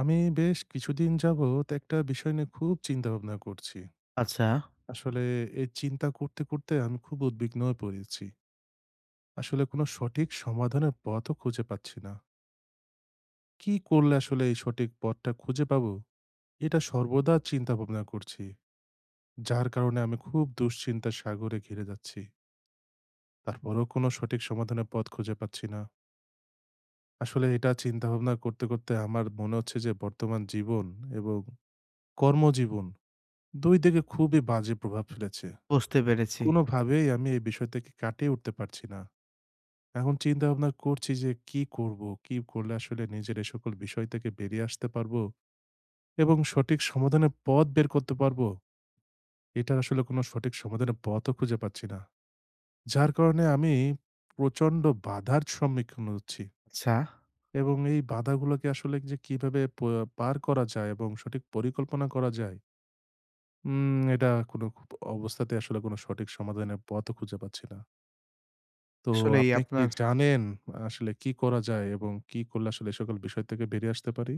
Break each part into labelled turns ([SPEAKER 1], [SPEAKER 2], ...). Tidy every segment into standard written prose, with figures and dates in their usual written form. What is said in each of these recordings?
[SPEAKER 1] আমি বেশ কিছুদিন যাবত একটা বিষয় নিয়ে খুব চিন্তা ভাবনা করছি।
[SPEAKER 2] আচ্ছা,
[SPEAKER 1] আসলে এই চিন্তা করতে, করতে আমি খুব উদ্বিগ্ন হয়ে পড়েছি। আসলে কোনো সঠিক সমাধানের পথও খুঁজে পাচ্ছি না। কি করলে আসলে এই সঠিক পথটা খুঁজে পাবো? এটা সর্বদা চিন্তা ভাবনা করছি। যার কারণে আমি খুব দুশ্চিন্তার সাগরে ঘিরে যাচ্ছি। তারপরেও কোনো সঠিক সমাধানের পথ খুঁজে পাচ্ছি না। আসলে এটা চিন্তা ভাবনা করতে, করতে আমার মনে হচ্ছে যে বর্তমান জীবন এবং কর্মজীবন ২ দিকে খুবই বাজে প্রভাব ফেলেছে।
[SPEAKER 2] বুঝতে পেরেছি।
[SPEAKER 1] কোনোভাবেই আমি এই বিষয় থেকে কাটিয়ে উঠতে পারছি না। এখন চিন্তাভাবনা করছি যে কি করব? কি করলে আসলে নিজের এ সকল বিষয় থেকে বেরিয়ে আসতে পারবো এবং সঠিক সমাধানের পথ বের করতে পারবো? এটার আসলে কোনো সঠিক সমাধানের পথও খুঁজে পাচ্ছি না। যার কারণে আমি প্রচন্ড বাধার সম্মুখীন হচ্ছি
[SPEAKER 2] আচ্ছা,
[SPEAKER 1] এবং এই বাধাগুলোকে আসলে যে কিভাবে পার করা যায় এবং সঠিক পরিকল্পনা করা যায়, এটা কোনো অবস্থাতেই আসলে কোনো সঠিক সমাধানের পথও খুঁজে পাচ্ছি না। তো
[SPEAKER 2] আসলেই
[SPEAKER 1] আপনি কি
[SPEAKER 2] আপনার
[SPEAKER 1] জানেন আসলে কি করা যায় এবং কি করলে আসলে এ সকল বিষয় থেকে বেরিয়ে আসতে পারি?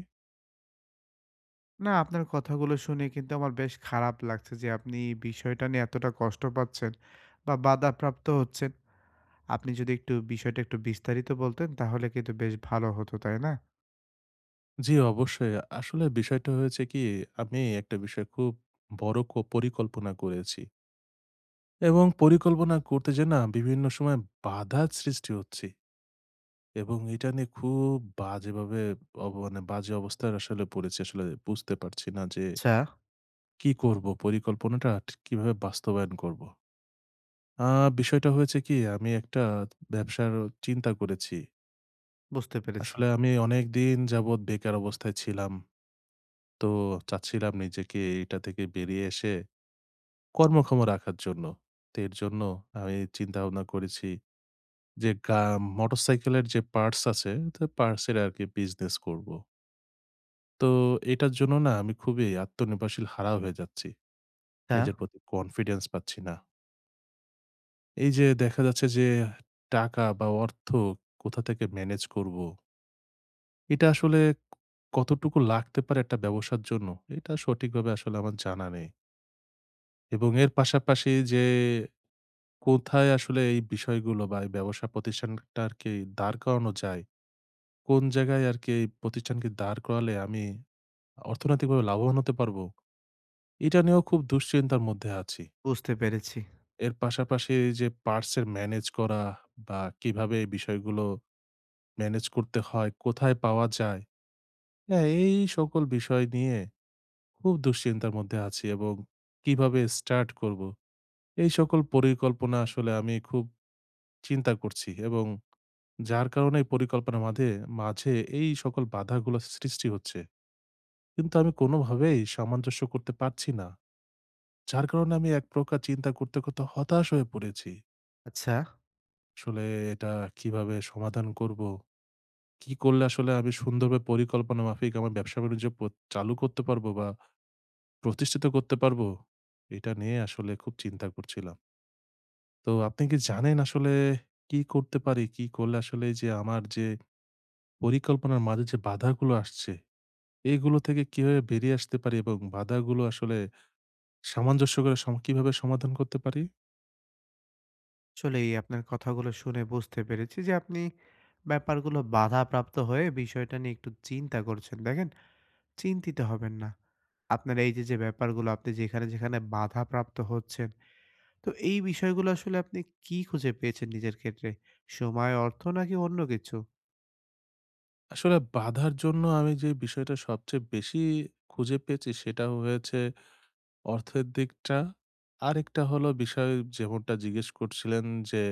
[SPEAKER 2] আপনার কথাগুলো শুনে কিন্তু আমার বেশ খারাপ লাগছে যে আপনি এই বিষয়টা নিয়ে এতটা কষ্ট পাচ্ছেন বা বাধাপ্রাপ্ত হচ্ছেন। আপনি যদি একটু বিষয়টা একটু বিস্তারিত বলতেন তাহলে কিন্তু বেশ ভালো হতো, তাই না?
[SPEAKER 1] জি, অবশ্যই। আসলে বিষয়টা হয়েছে কি, আমি একটা বিষয় খুব বড় পরিকল্পনা করেছি এবং পরিকল্পনা করতে যেয়ে না বিভিন্ন সময় বাধার সৃষ্টি হচ্ছি এবং এটা নিয়ে খুব বাজেভাবে, মানে বাজে অবস্থায় আসলে পড়েছি। আসলে বুঝতে পারছি না যে
[SPEAKER 2] আচ্ছা,
[SPEAKER 1] কি করব? পরিকল্পনাটা ঠিক কিভাবে বাস্তবায়ন করব? আ বিষয়টা হয়েছে কি, আমি একটা ব্যবসার চিন্তা করেছি।
[SPEAKER 2] বুঝতে পেরেছি।
[SPEAKER 1] আসলে আমি অনেকদিন যাবৎ বেকার অবস্থায় ছিলাম। তো চাচ্ছিলাম নিজেকে এটা থেকে বেরিয়ে এসে কর্মক্ষম রাখার জন্য। তো এর জন্য আমি চিন্তাভাবনা করেছি যে মোটরসাইকেলের যে পার্টস আছে, তো পার্টসের আরকি বিজনেস করব। তো এটার জন্য না আমি খুবই আত্মনির্ভরশীল হারা হয়ে যাচ্ছি।
[SPEAKER 2] আচ্ছা,
[SPEAKER 1] নিজের প্রতি কনফিডেন্স পাচ্ছি না। এই যে দেখা যাচ্ছে যে টাকা বা অর্থ কোথা থেকে ম্যানেজ করব? এটা আসলে কতটুকু লাগতে পারে একটা ব্যবসার জন্য? এটা সঠিকভাবে আসলে আমার জানা নেই। এবং এর পাশাপাশি যে কোথায় আসলে এই বিষয়গুলো বা এই ব্যবসা প্রতিষ্ঠানটা আরকি দাঁড় করানো যায়? কোন জায়গায় আরকি এই প্রতিষ্ঠানকে দাঁড় করালে আমি অর্থনৈতিকভাবে লাভবান হতে পারবো? এটা নিয়েও খুব দুশ্চিন্তার মধ্যে আছি।
[SPEAKER 2] বুঝতে পেরেছি।
[SPEAKER 1] এর পাশাপাশি যে পার্টস এর ম্যানেজ করা বা কিভাবে এই বিষয়গুলো ম্যানেজ করতে হয়, কোথায় পাওয়া যায়? হ্যাঁ, এই সকল বিষয় নিয়ে খুব দুশ্চিন্তার মধ্যে আছি এবং কিভাবে স্টার্ট করব এই সকল পরিকল্পনা, আসলে আমি খুব চিন্তা করছি। এবং যার কারণে এই পরিকল্পনার মাঝে মাঝে এই সকল বাধাগুলো সৃষ্টি হচ্ছে, কিন্তু আমি কোনোভাবেই সামঞ্জস্য করতে পারছি না। যার কারণে আমি এক প্রকার চিন্তা করতে করতে হতাশ হয়ে পড়েছি।
[SPEAKER 2] আচ্ছা,
[SPEAKER 1] আসলে এটা কিভাবে সমাধান করব? কি করলে আসলে আমি সুন্দরভাবে পরিকল্পনা মাফিক আমার ব্যবসা বাণিজ্য চালু করতে পারবো বা প্রতিষ্ঠিত করতে পারবো? এটা নিয়ে আসলে খুব চিন্তা করছিলাম। তো আপনি কি জানেন আসলে কি করতে পারি? কি করলে আসলে এই যে আমার যে পরিকল্পনার মাঝে যে বাধাগুলো আসছে, এগুলো থেকে কিভাবে বেরিয়ে আসতে পারি এবং বাধাগুলো আসলে সামঞ্জস্য করে, কিভাবে সমাধান করতে পারি?
[SPEAKER 2] আসলেই আপনার কথাগুলো শুনে বুঝতে পেরেছি যে আপনি ব্যাপারগুলো বাধাপ্রাপ্ত হয়ে বিষয়টা নিয়ে একটু চিন্তা করছেন। দেখেন চিন্তিত হবেন না। আপনার এই যে, যে ব্যাপারগুলো আপনি যেখানে, যেখানে বাধাপ্রাপ্ত হচ্ছেন, তো এই বিষয়গুলো আসলে আপনি কি খুঁজে পেয়েছেন নিজের ক্ষেত্রে? সময়, অর্থ নাকি অন্য কিছু?
[SPEAKER 1] আসলে বাধার জন্য আমি যে বিষয়টা সবচেয়ে বেশি খুঁজে পেয়েছি, সেটা হয়েছে অর্থের দিকটা। আরেকটা হলো বিষয়, যেমনটা জিজ্ঞেস করছিলেন যে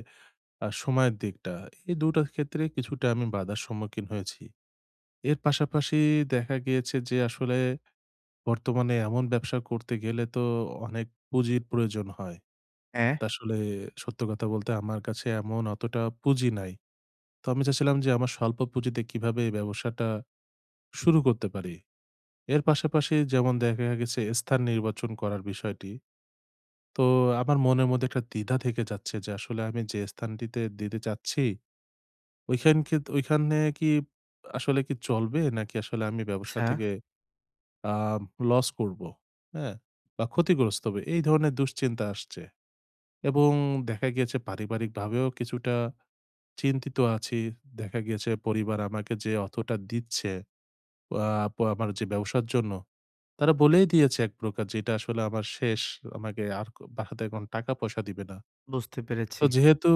[SPEAKER 1] সময়ের দিকটা। এই ২ টা ক্ষেত্রে কিছুটা আমি বাধার সম্মুখীন হয়েছি। এর পাশাপাশি দেখা গিয়েছে যে আসলে বর্তমানে এমন ব্যবসা করতে গেলে তো অনেক পুঁজির প্রয়োজন হয়।
[SPEAKER 2] হ্যাঁ,
[SPEAKER 1] তা আসলে সত্য কথা বলতে, আমার কাছে এমন অতটা পুঁজি নাই। তো আমি চাচ্ছিলাম যে আমার স্বল্প পুঁজিতে কিভাবে এই ব্যবসাটা শুরু করতে পারি। এর পাশাপাশি যেমন দেখা গেছে স্থান নির্বাচন করার বিষয়টি। তো আমার মনের মধ্যে একটা দ্বিধা থেকে যাচ্ছে যে আসলে আমি যে স্থানটিতে দিতে চাচ্ছি, ওইখানে কি আসলে কি চলবে? নাকি আসলে আমি ব্যবসা
[SPEAKER 2] আচ্ছা
[SPEAKER 1] থেকে আম লস করব, হ্যাঁ? বা ক্ষতিগ্রস্ত হবে, এই ধরনের দুশ্চিন্তা আসছে। এবং দেখা গিয়েছে পারিবারিকভাবেও কিছুটা চিন্তিত আছি। দেখা গিয়েছে পরিবার আমাকে যে অর্থটা দিচ্ছে আ আমার যে ব্যবসার জন্য, তারা বলেই দিয়েছে এক প্রকার যে, "এটা আসলে আমার শেষ। আমাকে আর বাসাতে এখন টাকা-পয়সা দিবে না।"
[SPEAKER 2] বুঝতে পেরেছি,
[SPEAKER 1] তো যেহেতু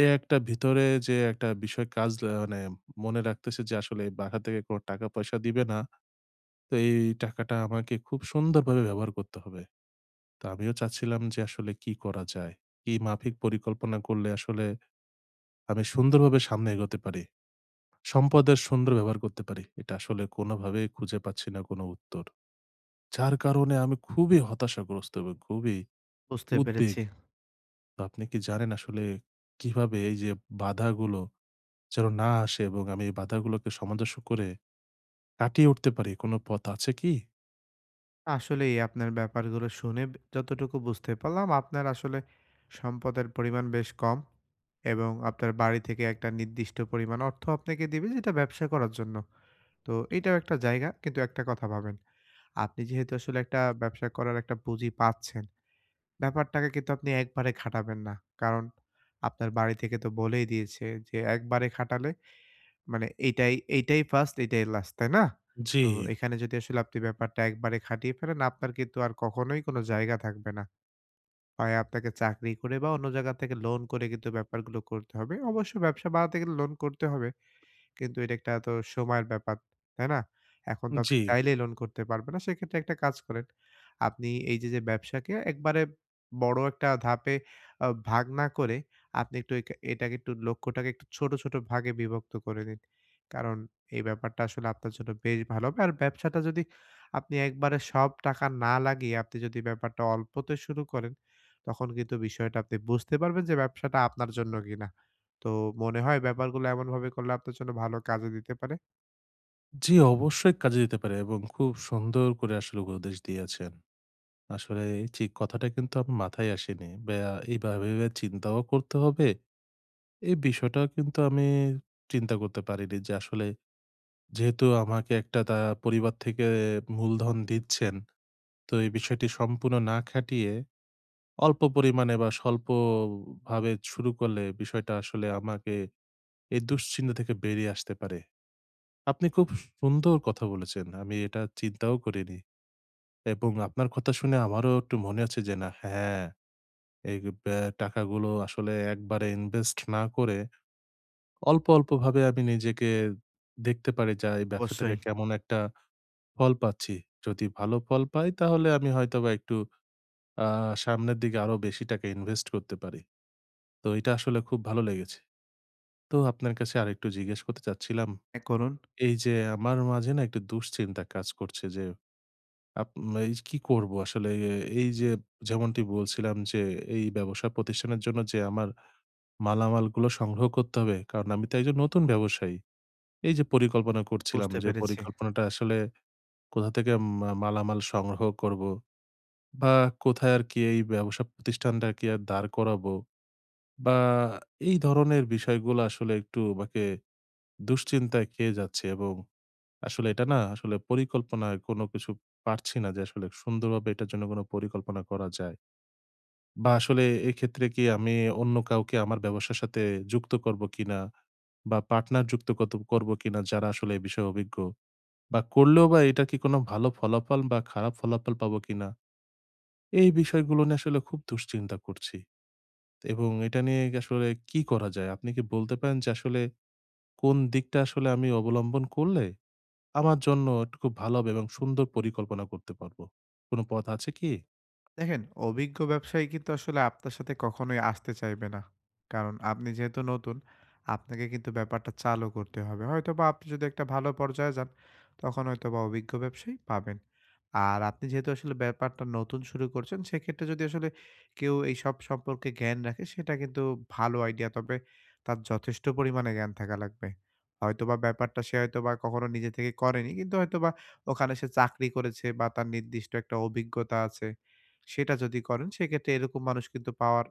[SPEAKER 1] এ একটা ভিতরে যে একটা বিষয় কাজ, মানে মনে রাখতেছে যে আসলে বাসা থেকে কোনো টাকা-পয়সা দিবে না। তো এই টাকাটা আমাকে খুব সুন্দরভাবে ব্যবহার করতে হবে। তো আমিও চাচ্ছিলাম যে আসলে কি করা যায়? কি মাফিক পরিকল্পনা করলে আসলে আমি সুন্দরভাবে সামনে এগোতে পারি? সম্পদের সুন্দর ব্যবহার করতে পারি? এটা আসলে কোনোভাবেই খুঁজে পাচ্ছি না কোনো উত্তর। যার কারণে আমি খুবই হতাশাগ্রস্ত এবং খুবই
[SPEAKER 2] বুঝতে
[SPEAKER 1] উদ্বেগ।
[SPEAKER 2] পেরেছি।
[SPEAKER 1] তো আপনি কি জানেন আসলে কিভাবে এই যে বাধাগুলো যেন না আসে এবং আমি এই বাধাগুলোকে সামঞ্জস্য করে কাটিয়ে উঠতে পারি? কোনো পথ আছে কি?
[SPEAKER 2] আসলেই আপনার ব্যাপারগুলো শুনে যতটুকু বুঝতে পারলাম আপনার আসলে সম্পদের পরিমাণ বেশ কম এবং আপনার বাড়ি থেকে একটা নির্দিষ্ট পরিমাণ অর্থ আপনাকে দিবে যেটা ব্যবসা করার জন্য। তো এটাও একটা জায়গা কিন্তু একটা কথা ভাবেন আপনি যেহেতু আসলে একটা ব্যবসা করার একটা পুঁজি পাচ্ছেন, ব্যাপারটাকে কিন্তু আপনি একবারে খাটাবেন না। কারণ আপনার বাড়ি থেকে তো বলেই দিয়েছে যে, "একবারে খাটালে মানে এইটাই ফার্স্ট, এইটাই লাস্ট।" তাই না?
[SPEAKER 1] জি,
[SPEAKER 2] তো এখানে যদি আসলে আপনি ব্যাপারটা একবারে খাটিয়ে ফেলেন, আপনার কিন্তু আর কখনোই কোনো জায়গা থাকবে না। হয় আপনাকে চাকরি করে বা অন্য জায়গা থেকে লোন করে কিন্তু ব্যাপারগুলো করতে হবে। অবশ্য ব্যবসা বাড়াতে গেলে লোন করতে হবে। কিন্তু এটা একটা তো সময়ের ব্যাপার, তাই না? এখন তো আপনি
[SPEAKER 1] জি,
[SPEAKER 2] চাইলেই লোন করতে পারবেন না। সেক্ষেত্রে একটা কাজ করেন। আপনি এই যে, যে ব্যবসাকে একবারে বড় একটা ধাপে ভাগ না করে আপনি একটু একা এটাকে একটু লক্ষ্যটাকে একটু ছোট, ছোট ভাগে বিভক্ত করে নিন। কারণ এই ব্যাপারটা আসলে আপনার জন্য বেশ ভালো হবে। আর ব্যবসাটা যদি আপনি একবারে সব টাকা না লাগিয়ে আপনি যদি ব্যাপারটা অল্পতে শুরু করেন, তখন কিন্তু বিষয়টা আপনি বুঝতে পারবেন যে ব্যবসাটা আপনার জন্য কিনা। তো মনে হয় ব্যাপারগুলো এমনভাবে করলে আপনার জন্য ভালো কাজে দিতে পারে?
[SPEAKER 1] জি অবশ্যই কাজে দিতে পারে এবং খুব সুন্দর করে আসলে উপদেশ দিয়েছেন। আসলে ঠিক কথাটা কিন্তু আমার মাথায় আসেনি। এইভাবে ভেবে চিন্তাও করতে হবে। এই বিষয়টাও কিন্তু আমি চিন্তা করতে পারিনি যে আসলে, যেহেতু আমাকে একটা পরিবার থেকে মূলধন দিচ্ছেন, তো এই বিষয়টি সম্পূর্ণ না খাটিয়ে অল্প পরিমাণে বা স্বল্পভাবে শুরু করলে বিষয়টা আসলে আমাকে এই দুশ্চিন্তা থেকে বেরিয়ে আসতে পারে। আপনি খুব সুন্দর কথা বলেছেন। আমি এটা চিন্তাও করিনি এবং আপনার কথা শুনে আমারও একটু মনে হচ্ছে যে না, হ্যাঁ, এই টাকাগুলো আসলে একবারে ইনভেস্ট না করে অল্প, অল্পভাবে আমি নিজেকে দেখতে পারি যে এই ব্যবসা থেকে
[SPEAKER 2] অবশ্যই।
[SPEAKER 1] কেমন একটা ফল পাচ্ছি। যদি ভালো ফল পাই তাহলে আমি হয়তোবা একটু আ সামনের দিকে আরো বেশি টাকা ইনভেস্ট করতে পারি। তো এটা আসলে খুব ভালো লেগেছে। তো আপনার কাছে আরেকটু জিজ্ঞেস করতে চাচ্ছিলাম,
[SPEAKER 2] হ্যাঁ, করুন।
[SPEAKER 1] এই যে আমার মাঝে না একটু দুশ্চিন্তা কাজ করছে যে এই কি করব আসলে? এই যে যেমনটি বলছিলাম যে, এই ব্যবসা প্রতিষ্ঠানের জন্য যে আমার মালামালগুলো সংগ্রহ করতে হবে। কারণ আমি তো একজন নতুন ব্যবসায়ী। এই যে পরিকল্পনা করছিলাম
[SPEAKER 2] বুঝতে
[SPEAKER 1] যে
[SPEAKER 2] পেরেছি।
[SPEAKER 1] পরিকল্পনাটা আসলে কোথা থেকে মালামাল সংগ্রহ করব বা কোথায় আর কি এই ব্যবসা প্রতিষ্ঠানটা কি আর দাঁড় করাবো বা এই ধরনের বিষয়গুলো আসলে একটু আমাকে দুশ্চিন্তায় খেয়ে যাচ্ছে এবং আসলে এটা না আসলে পরিকল্পনায় কোনো কিছু পারছি না যে আসলে সুন্দরভাবে এটার জন্য কোনো পরিকল্পনা করা যায়। বা আসলে এক্ষেত্রে কি আমি অন্য কাউকে আমার ব্যবসার সাথে যুক্ত করব কিনা? বা পার্টনার যুক্ত করব কিনা, যারা আসলে এই বিষয়ে অভিজ্ঞ? বা করলেও বা এটা কি কোনো ভালো ফলাফল বা খারাপ ফলাফল পাবো কিনা? এই বিষয়গুলো নিয়ে আসলে খুব দুশ্চিন্তা করছি। এবং এটা নিয়ে আসলে কি করা যায়? আপনি কি বলতে পারেন যে আসলে কোন দিকটা আসলে আমি অবলম্বন করলে আমার জন্য একটু খুব ভালো হবে এবং সুন্দর পরিকল্পনা করতে পারবো? কোনো পথ আছে কি?
[SPEAKER 2] দেখেন, অভিজ্ঞ ব্যবসায়ী কিন্তু আসলে আপনার সাথে কখনোই আসতে চাইবে না। কারণ আপনি যেহেতু নতুন, আপনাকে কিন্তু ব্যাপারটা চালু করতে হবে। হয়তোবা আপনি যদি একটা ভালো পর্যায়ে যান, তখন হয়তোবা অভিজ্ঞ ব্যবসায়ী পাবেন। আর আপনি যেহেতু আসলে ব্যাপারটা নতুন শুরু করছেন, সেক্ষেত্রে যদি আসলে কেউ এইসব সম্পর্কে জ্ঞান রাখে, সেটা কিন্তু ভালো আইডিয়া। তবে তার যথেষ্ট পরিমাণে জ্ঞান থাকা লাগবে। হয়তোবা ব্যাপারটা সে হয়তোবা কখনো নিজে থেকে করেনি। কিন্তু হয়তোবা ওখানে সে চাকরি করেছে বা তার নির্দিষ্ট একটা অভিজ্ঞতা আছে। সেটা যদি করেন সেক্ষেত্রে এরকম মানুষ কিন্তু পাওয়ার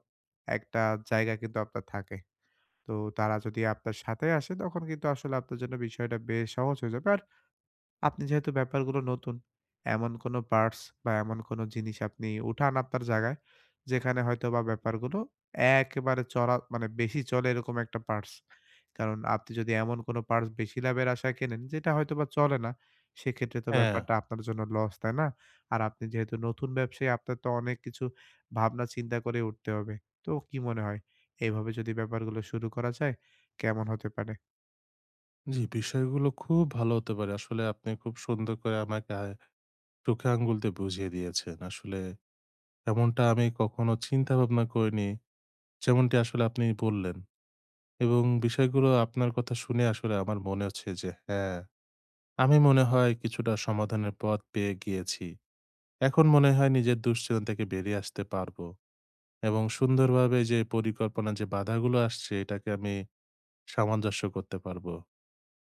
[SPEAKER 2] একটা জায়গা কিন্তু আপনার থাকে। তো তারা যদি আপনার সাথে আসে তখন কিন্তু আসলে আপনার জন্য বিষয়টা বেশ সহজ হয়ে যাবে। আর আপনি যেহেতু ব্যাপারগুলো নতুন, এমন কোনো পার্টস বা এমন কোনো জিনিস আপনি উঠান আপনার জায়গায়, যেখানে হয়তোবা ব্যাপারগুলো একেবারে চড়া মানে বেশি চলে এরকম একটা পার্টস। কারণ আপনি যদি এমন কোনো পার্টস বেশি লাভের আশায় কেনেন, যেটা হয়তোবা চলে না, সেক্ষেত্রে তো
[SPEAKER 1] হ্যাঁ।
[SPEAKER 2] ব্যাপারটা আপনার জন্য লস, তাই না? আর আপনি যেহেতু নতুন ব্যবসায়ী, আপনার তো অনেক কিছু ভাবনা চিন্তা করে উঠতে হবে। তো কি মনে হয়? এভাবে যদি ব্যাপারগুলো শুরু করা যায়, কেমন হতে পারে?
[SPEAKER 1] জি, বিষয়গুলো খুব ভালো হতে পারে। আসলে আপনি খুব সুন্দর করে আমাকে চোখে আঙ্গুল দিয়ে বুঝিয়ে দিয়েছেন। আসলে এমনটা আমি কখনো চিন্তা ভাবনা করিনি। যেমনটি আসলে আপনি বললেন এবং বিষয়গুলো আপনার কথা শুনে আসলে আমার মনে হচ্ছে যে হ্যাঁ, আমি মনে হয় কিছুটা সমাধানের পথ পেয়ে গিয়েছি। এখন মনে হয় নিজের দুশ্চিন্তা থেকে বেরিয়ে আসতে পারবো এবং সুন্দরভাবে যে পরিকল্পনার যে বাধাগুলো আসছে এটাকে আমি সামঞ্জস্য করতে পারবো।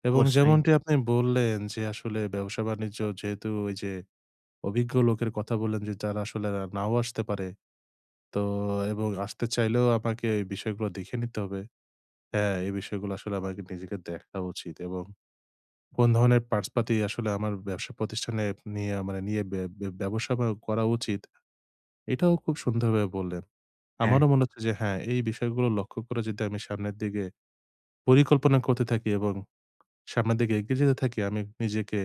[SPEAKER 1] এবং
[SPEAKER 2] অবশ্যই,
[SPEAKER 1] যেমনটি আপনি বললেন যে, আসলে ব্যবসা-বাণিজ্য যেহেতু ওই যে অভিজ্ঞ লোকের কথা বললেন যে, যারা আসলে না নাও আসতে পারে। তো এবং আসতে চাইলেও আমাকে এই বিষয়গুলো দেখে নিতে হবে। হ্যাঁ, এই বিষয়গুলো আসলে আমাকে নিজেকে দেখা উচিত এবং কোন ধরনের পার্টসপাতি আসলে আমার ব্যবসা প্রতিষ্ঠানে নিয়ে, মানে নিয়ে ব্য ব্য ব্যবসা বা করা উচিত, এটাও খুব সুন্দরভাবে বললেন।
[SPEAKER 2] হ্যাঁ।
[SPEAKER 1] আমারও মনে হচ্ছে যে হ্যাঁ, এই বিষয়গুলো লক্ষ্য করে যদি আমি সামনের দিকে পরিকল্পনা করতে থাকি এবং সামনের দিকে এগিয়ে যেতে থাকি, আমি নিজেকে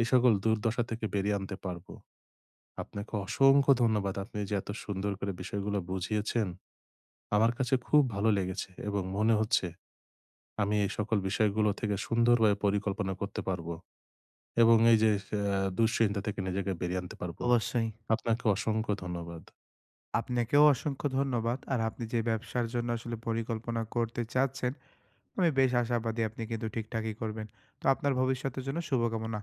[SPEAKER 1] এই সকল দুর্দশা থেকে বেরিয়ে আনতে পারবো। আপনাকে অসংখ্য ধন্যবাদ। আপনি যে এত সুন্দর করে বিষয়গুলো বুঝিয়েছেন, আমার কাছে খুব ভালো লেগেছে এবং মনে হচ্ছে আমি এই সকল বিষয়গুলো থেকে সুন্দরভাবে পরিকল্পনা করতে পারবো এবং এই যে দুশ্চিন্তা থেকে নিজেকে বেরিয়ে আনতে পারবো।
[SPEAKER 2] অবশ্যই।
[SPEAKER 1] আপনাকে অসংখ্য ধন্যবাদ।
[SPEAKER 2] আপনাকেও অসংখ্য ধন্যবাদ। আর আপনি যে ব্যবসার জন্য আসলে পরিকল্পনা করতে চাচ্ছেন, আমি বেশ আশাবাদী আপনি কিন্তু ঠিকঠাকই করবেন। তো আপনার ভবিষ্যতের জন্য শুভকামনা।